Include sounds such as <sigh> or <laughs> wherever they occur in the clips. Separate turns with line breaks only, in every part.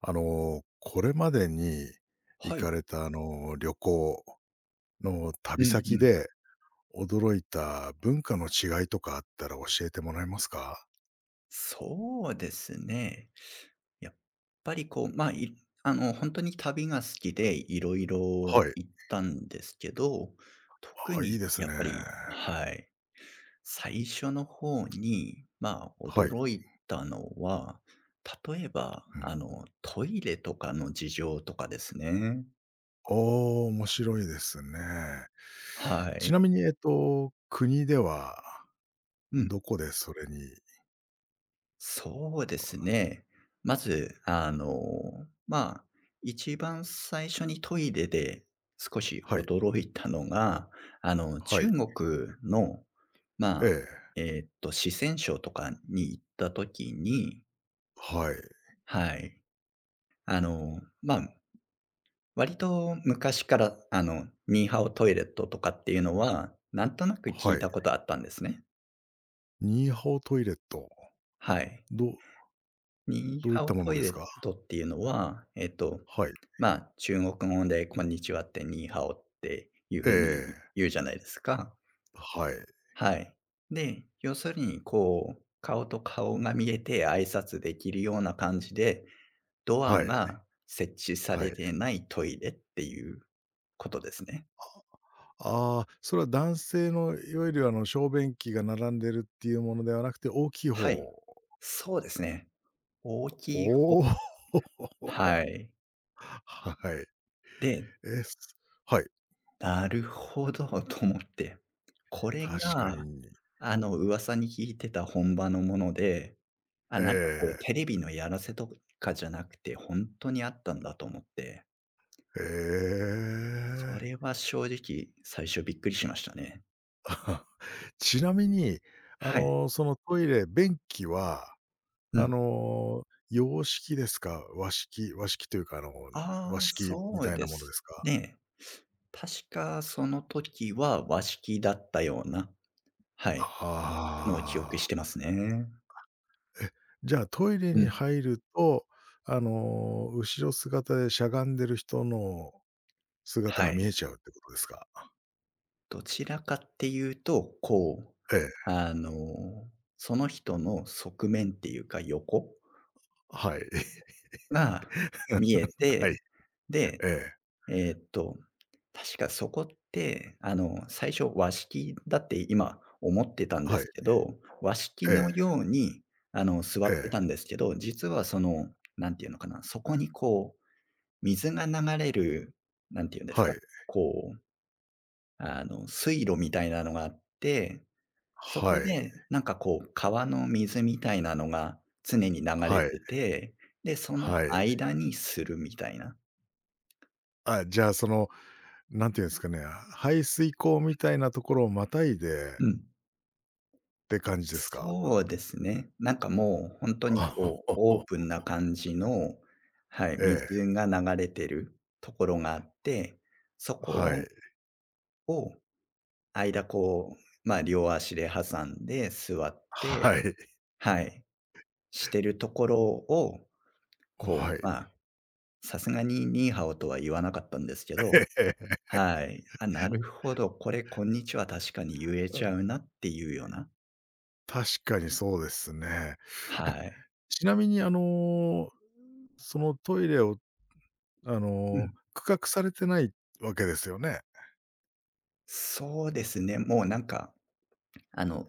これまでに行
は
か
い。
れた、旅行の
う
旅
ん
先
うん。
で驚いた文化の違いとかあったら教えてもらえますか？
そうですね。やっぱりこう、まあ、いあの、本当に旅が好きでいろいろ
はい。
行ったんですけど、特
あいい
に
です
やっ
ね。
ぱり、はい、最初の方に、
はい。
驚いたのは、例えば、
うん。
トイレとかの事情とかですね。
ああ、面白いですね。
は
ち
い。
なみに、国では
うん、
どこでそれに
そうですね。まず、まあ、一番最初にトイレで少し
はい、
驚いたのが、
は
中
い。
国の、ま
え
あ、
え。
四川省とかに行った時に、
はい、
はい。あの、まあ、割と昔から、ニーハオトイレットとかっていうのは、なんとなく聞
は
い
い。
たことあったんですね。
ニーハオトイレット、
はい。
ど
ニー
どうい
ハ
っ
オ
たも
ト
の
イ
で
レ
す
ッ
か？
トっていうのは、
はい。
中国語でこんにちはってニーハオっていう
え
風に
え。
言うじゃないですか。
はい、
はい。で、要するにこう、顔と顔が見えて挨拶できるような感じで、ドア
はい、
が設置さ
は
れ
い。
てないトイレっていうことですね。
ああ、それは男性のいわゆるあの小便器が並んでるっていうものではなくて、大きい
はい。
方。
そうですね。大きい方。
おお。<laughs>
はい。
はい。
で、
え、すはい、
なるほどと思って、これ
確か
が
に。
噂に聞いてた本場のもので、あ、なんかこう
え
テレビのやらせとかじゃなくて、ほんとにあったんだと思って、
え、
そ
ええ。
れは正直、最初びっくりしましたね。
<laughs> ちなみに、あ
はい。
の、そのトイレ、便器は、
う
あ
ん。
の、洋式ですか？和式というか、あの、和
ああ、
式み
そう
たい
で
なもの
す
ですか？
ね。確かその時は和式だったような、はい、
あ
のを記憶し
あ。
てますね。
じゃあ、トイレ
う
に
ん。
入ると、あの、後ろ姿でしゃがんでる人の姿
は
が見
い。
えちゃうってことですか？
どちらかっていうと、こう、
ええ。
あの、その人の側面っていうか、横
はい。<laughs>
が見え
はい。
て、で、
ええ。
えーっと、確かそこって、最初和式だって今思ってたんで
は
す
い。
けど、和式
え
の
え。
ように、座
え
って
え。
たんですけど、実はその、なんていうのかな、そこにこう、水が流れる、なんていうんです
は
か、
い。
こう、水路みたいなのがあって、そこ
はい。
でなんかこう、川の水みたいなのが常に流
は
れ
い。
てて、で、その
はい。
間にするみたいな。
あ、じゃあ、その、なんていうんですかね、排水溝みたいなところをまたいで
うん。
って感じですか？
そうですね。なんかもう本当
<laughs>
に
あ
こう、
ほ
オー
ほほ
プンな感じの、はい、
え
水
え、
が流れてるところがあって、そこ
は
を
い。
間こう、ま、両足で挟んで座って、
はい。
はい、してるところを、こ
は
う、ま
い。
あ、さすがにニーハオとは言わなかったんですけど、
<laughs> ええ。
はい、あ、なるほど、これこんにちは確かに言え
う
ちゃう
ん、
なっていうような、
確かにそうですね。
はい。
ちなみに、あのそのトイレを、あ
う
の、
ん。
区画されてないわけですよね。
そうですね、もうなんか、あの、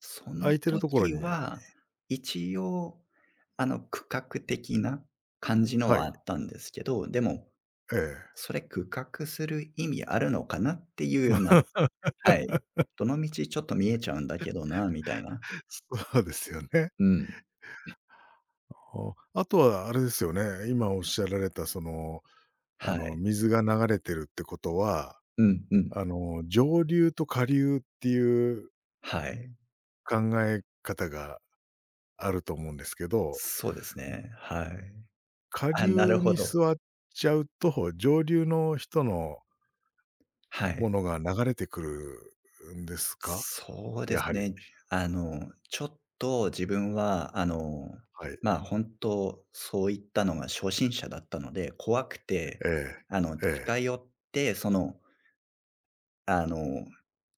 その
空いてるところ
時
に
は、一応、区画的な感じの
は
はあ
い、
ったんですけど、でも、
ええ。
それ区画する意味あるのかなっていうような、はい。どの道ちょっと見えちゃうんだけどな、みたいな。
<laughs> そうですよね。
うん。
はあ。あとはあれですよね、今おっしゃられたその、あ
はい。
の、水が流れてるってことは、
うんうん。
あの、上流と下流っていう
はい。
考え方があると思うんですけど、
そうですね。はい。
下
あ、な
流
るほ
に
ど。
座っちゃうと、上流の人の
はい。
ものが流れてくるんですか？
そうで
や
す
はり。
ね。ちょっと自分は、
はい。
本当そういったのが初心者だったので、怖くて、
ええ、え
近
え、
寄って、その、あの、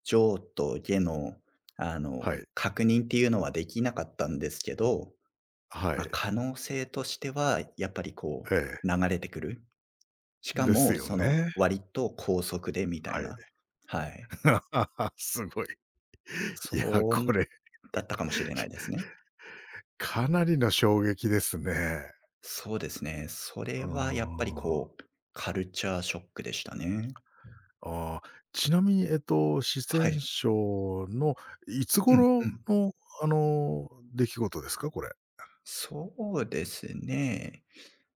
上と下の、
はい、
確認っていうのはできなかったんですけど、
は
ま
い、
あ、可能性としては、やっぱりこ
ええ、
う、流れてくる。しか
です
も、
よ
その、
ね。
割と高速でみたい
はい。
な。はい。
<laughs> すごい。いや、
そう
これ、
だったかもしれないですね。
かなりの衝撃ですね。
そうですね。それ
うー
はやっぱり
ん。
こう、カルチャーショックでしたね。
あーちなみに、四
は
川
い。
省のいつ
うんう
頃
ん。
の、あの、出来事ですか？これ。
そうですね。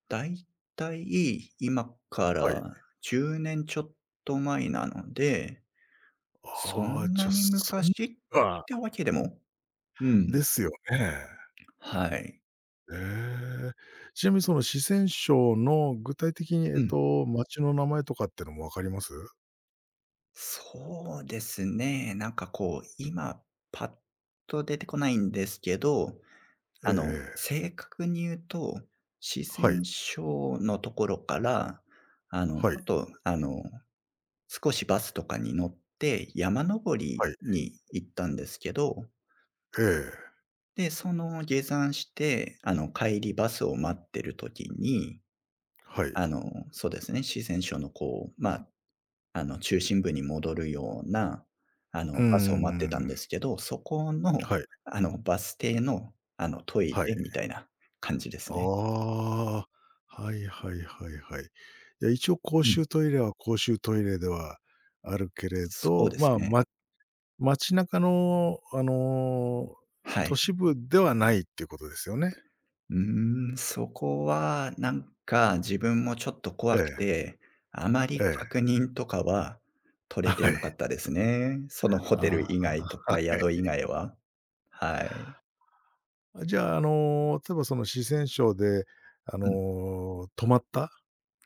だいたい今か
はい。
ら10年ちょっと前なので、そ
ああ、
ん
じ
な
ゃあ、
に
そん
昔っ
な、
てわけでも。うん。
ですよね。
はい。
ええ。ちなみにその四川省の具体的に、
うん。
街の名前とかってのも分かります？
そうですね。なんかこう、今パッと出てこないんですけど、
ええええ。
正確に言うと、四
はい、
川省のところから、あの、ち
はい、
ょっと、あの、少しバスとかに乗って山登り
はい。
に行ったんですけど、
ええ、
で、その下山して、帰りバスを待ってる時に、
はい。
あの、そうですね、四川省のこう、中心部に戻るような、
う
バスを待って
ん
たんで
ん
すけど、そこの、
はい、
バス停の、トイ
はい。
レみたいな感じですね。
ああ。はいはいはいはい。いや一応公
うん。
衆トイレは公衆トイレではあるけれ
そう
ど、
です
まあ、
ね。
ま街中の、あの、
は
都
い。
市部ではないっていうことですよね？
うーん、そこはなんか自分もちょっと怖
え
く
え、
て、あま
え
り
え。
確認とかは取れて
はい。
なかったですね。そのホテ
あ
ル以外と
あ、は
か宿
い。
以外は。はい。
あ、じゃあ、あの、例えばその四川省で、あ
うん。
の、泊まった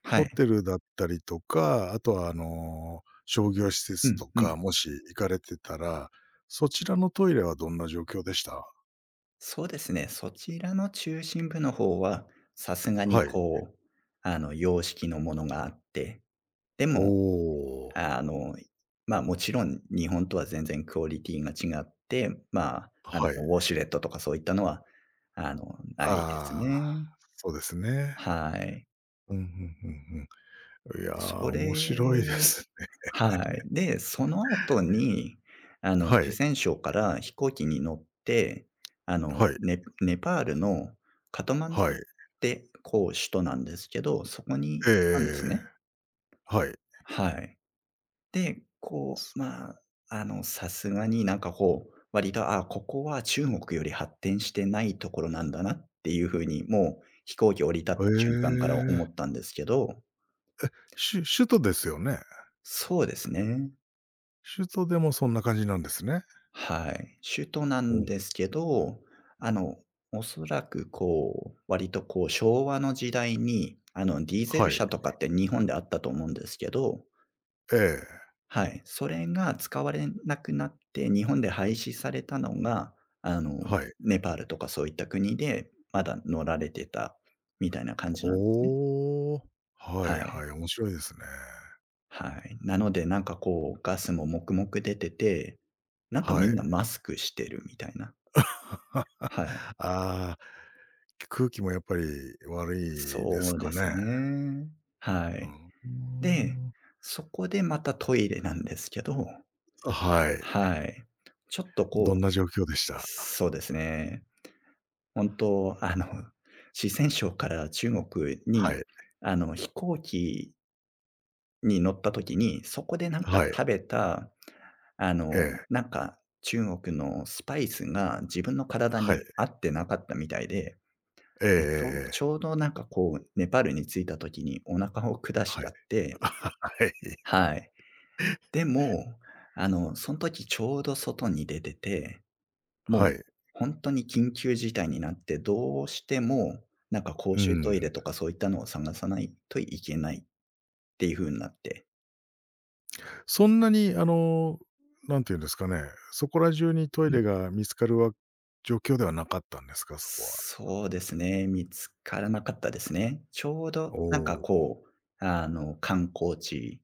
は
ホ
い。
テルだったりとか、あとは、あの、商業施
う
設
ん
と
うん。
か、もし行かれてたら、そちらのトイレはどんな状況でした？
そうですね。そちらの中心部の方は、さすがに
はい。
こう、洋式のものがあって、で
お
も
お、
あの、もちろん日本とは全然クオリティが違って、
はい。
ウォシュレットとかそういったのは、ないです
ああ、
ね。
そうですね。
はい。
うん、うんうんうん。いやー、
そ
面白いで
れ
すね。
はい。で、その後に、
<laughs> は
四
い、
川省から飛行機に乗って、
はい、
ネパールのカトマンズ
は
っ
い。
て、こう、首都なんですけど、そこに行ったんです
ええ
ね。
はい。
はい。で、こう、さすがになんかこう、割と、あ、ここは中国より発展してないところなんだなっていう風に、もう飛行機降り立った
へ
瞬間から思
え。
ったんですけど、
首都ですよね？
そうですね。
首都でもそんな感じなんですね。
はい。首都な
お
んですけど、あの、おそらくこう、割とこう、昭和の時代に、ディーゼ
は
ル
い。
車とかって日本であったと思うんですけど、
ええ、
はい。それが使われなくなって、日本で廃止されたのが、あの、
はい。
ネパールとかそういった国で、まだ乗られてたみたいな感じなんですね。
おお、は
は
い
い。
はい、面白いですね。
はい。なので、
う
なん
ん、
かこう、ガスももくもく出てて、なんか
は
みん
い。
なマスクしてるみたいな。はい。
ああ、空気もやっぱり悪いです
そう
か
です
ね。
ね。は
う
い。
ん。うー
で、
ん。
そこでまたトイレなんですけど、
はい。
はい。ちょっとこ
どんな
う、
状況でした？
そうですね。本当、四川省から中国
は
に、
い、
飛行機に乗った時に、そこでなんか
はい、
食べた、
ええ、
なんか中国のスパイスが自分の体
はい、
に合ってなかったみたいで、
ええええ
で、ちょう
え
ち
え、
ょうどなんかこう、ネパールに着いた時にお腹を下し
は
ち
い。
ゃって。
<laughs> はい。
はい。でも、その時ちょうど外に出てても
は
う、
い。
本当に緊急事態になって、どうしても、なんか公
う
衆トイ
ん。
レとかそういったのを探さないといけないっていう風になって。
そんなにあの、なんていうんですかね、そこら中にトイ
うん。
レが見つかるわ状況ではなかったんですか？そこは。
そうですね、見つからなかったですね。ちょうど
お
なんか
お、
こう、観光地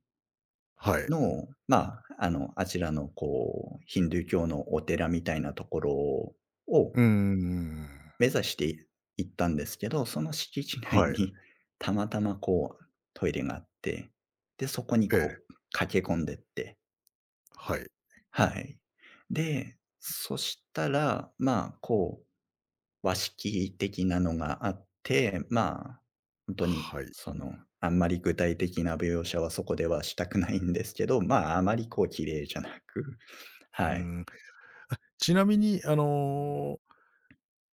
はい。
の、あちらのこう、ヒンドゥー教のお寺みたいなところを
うんん
目指して行ったんですけど、その敷地内
はい。
に <laughs> たまたまこうトイレがあって、で、そこに
ええ、
こう駆け込んでって、
はい。
はい。で、そしたら、まあ、こう、和式的なのがあって、まあ、本当に
はい。
その、あんまり具体的な描写はそこではしたくないんですけど、まあ、あまりこう綺麗じゃなく。
う
はい。
ん。ちなみにあの、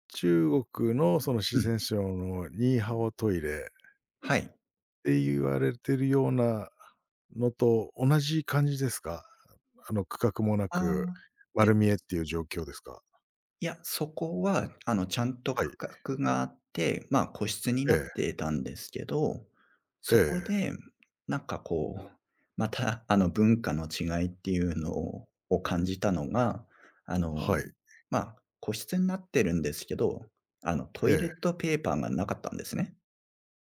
中国のその四
うん、
川省のニーハオトイレっ
はい。
て言われてるようなのと同じ感じですか？あの、区画もな
あ
く、
あ、いや
丸見えっていう状況ですか？
いや、そこは、ちゃんと
はい。
区画があって、まあ、個室になっ
え
てたんですけど、
え、え
そこ
え、
で、なんかこう、また、文化の違いっていうのを感じたのが、あの、
はい。
個室になってるんですけど、ト
え
イレッ
え。
トペーパーがなかったんですね。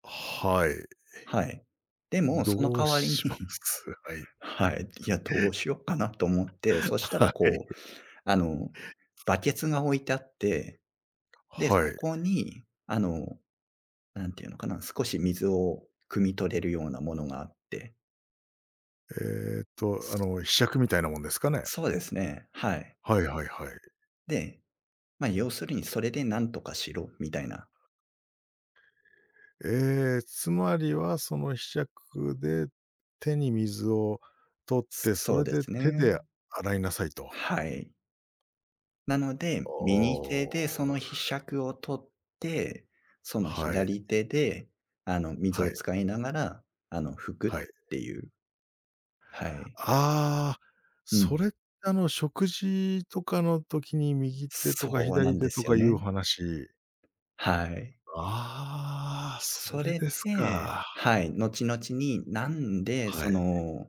はい。
はい。でも、その
ど
代
う
わりに
しま
<laughs>
す？<laughs> はい。
はい、いや、どうしようかなと思って、そしたら
は
こう、
い。
あの、バケツが置いてあって、で、
は
そ
い。
こに、なんていうのかな、少し水を汲み取れるようなものがあって。
あ
す
の、柄杓みたいなもんですかね？
そうですね、はい。
はいはいはい。
で、まあ、要するにそれで何とかしろみたいな。
えーつまりは、その柄杓で手に水を取って、そ
そう
れ
で
で
すね。
手で洗いなさいと。
はい。なので、右
お
手でそ
お。
の柄杓を取って、その
はい、
左手で、水
は
を
い、
使いながら、拭くっ
はい。
ていう。はい。
ああ、
う
そ
ん。
れって、あの、食事とかの時に右手と
そ
か
うな
左
んで
手と
すよ
かいう
ね。
話
はい。
ああ、そ
そ
れ
れ
です
で、
か。
はい、後々に、なんで
は
そ
い。
の、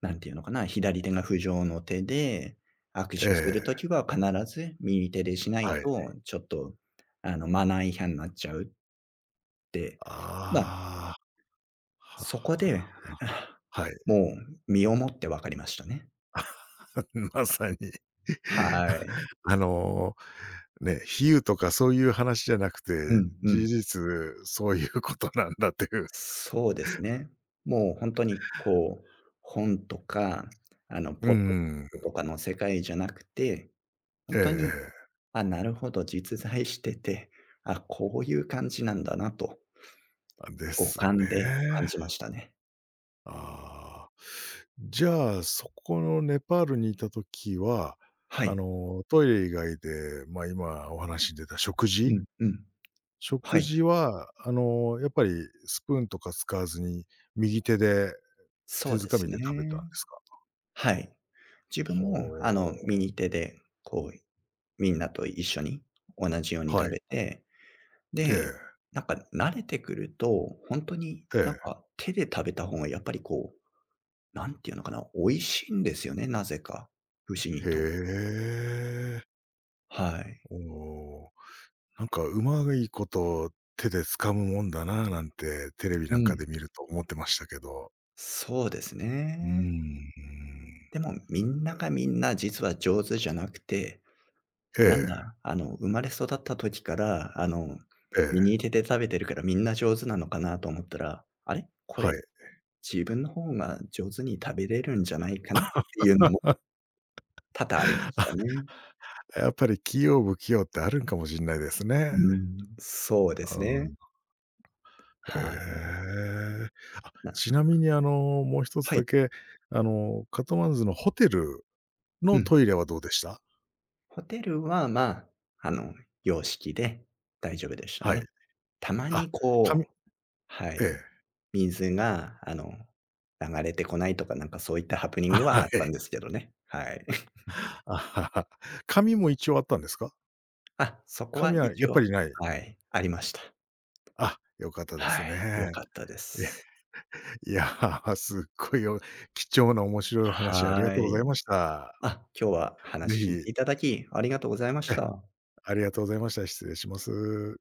なんていうのかな、左手が不浄の手で、握
え
手すると
え、
きは必ず右手でしない
はい。
と、ちょっとマナー違反になっちゃうって、まあ、
ああ、は
そこで、
はは、
あ、
はい。
もう身をもって分かりましたね。
<laughs> まさに <laughs>。
はい。
あの、ね、比喩とかそういう話じゃなくて、
うんうん。
事実、そういうことなんだという。
そうですね。もう本当にこう、本とか、
<laughs> う
ポッドキャ
ん。
ストとかの世界じゃなくて、
え
本
え
当に、
ええ。
あ、なるほど、実在してて、あ、こういう感じなんだなと、
で
五
す
感で感
ね。
じましたね。
ああ。じゃあ、そこのネパールにいた時は、
は
あ
い。
の、トイレ以外で、ま、あ今お話に出た食
う
事
んうん。は
食
い。
事は、あの、やっぱりスプーンとか使わずに、右手で、
そ
手
う
づ
で
か
す
み
ね。
で食べたんですか？
はい。自分も、
ほう。
右手で、こう、みんなと一緒に同じように
は
食
い。
べて、
え
で、
え、
なんか慣れてくると、本当に
え
なん
え。
か手で食べた方がやっぱりこう、なんていうのかな、美味しいんですよね、なぜか。不思
へ
議と。
え。
はい。
おお。なんかうまいこと、手で掴むもんだななんて、テレビな
う
んかで
ん。
見ると思ってましたけど。
そうです
うー
ね。
ん。
でも、みんながみんな実は上手じゃなくて、
え
なん
え、
だ、生まれ育った時から、
え
右
え、
手で食べてるからみんな上手なのかなと思ったら、あれ、こ
は
れ、
い。
自分の方が上手に食べれるんじゃないかなっていうのも多々ありましたね。
やっぱり器用不器用ってあるんかもしんないですね。
うん、そうで
う
すね。
ん。へ
はい。
え。
な
ちなみにあの、もう一つ
はい。
だけ、あの、カトマンズのホテル
う
の
ん。
トイレはどうでした？
ホテルは、あの、洋式で大丈夫でした
は
ね。
い。
たまに
あ、紙
こう、は
ええ。
い。水が、流れてこないとか、なんかそういったハプニングは
は
あったん
い。
ですけどね。はい。<laughs>
あ、紙も一応あったんですか？
あ、そこは
紙は
一
やっぱ
応、
りない。
はい、ありました。
あ、良かったで
は
すね。
い、良かったで
いや、
す。
すっごい、お貴重な面白いお話ありが
は
とうござい
い。
ました。
あ、今日は
ぜ
話聞い
ひ
ていただき、ありがとうございまし
え、
た。
ありがとうございました。失礼します。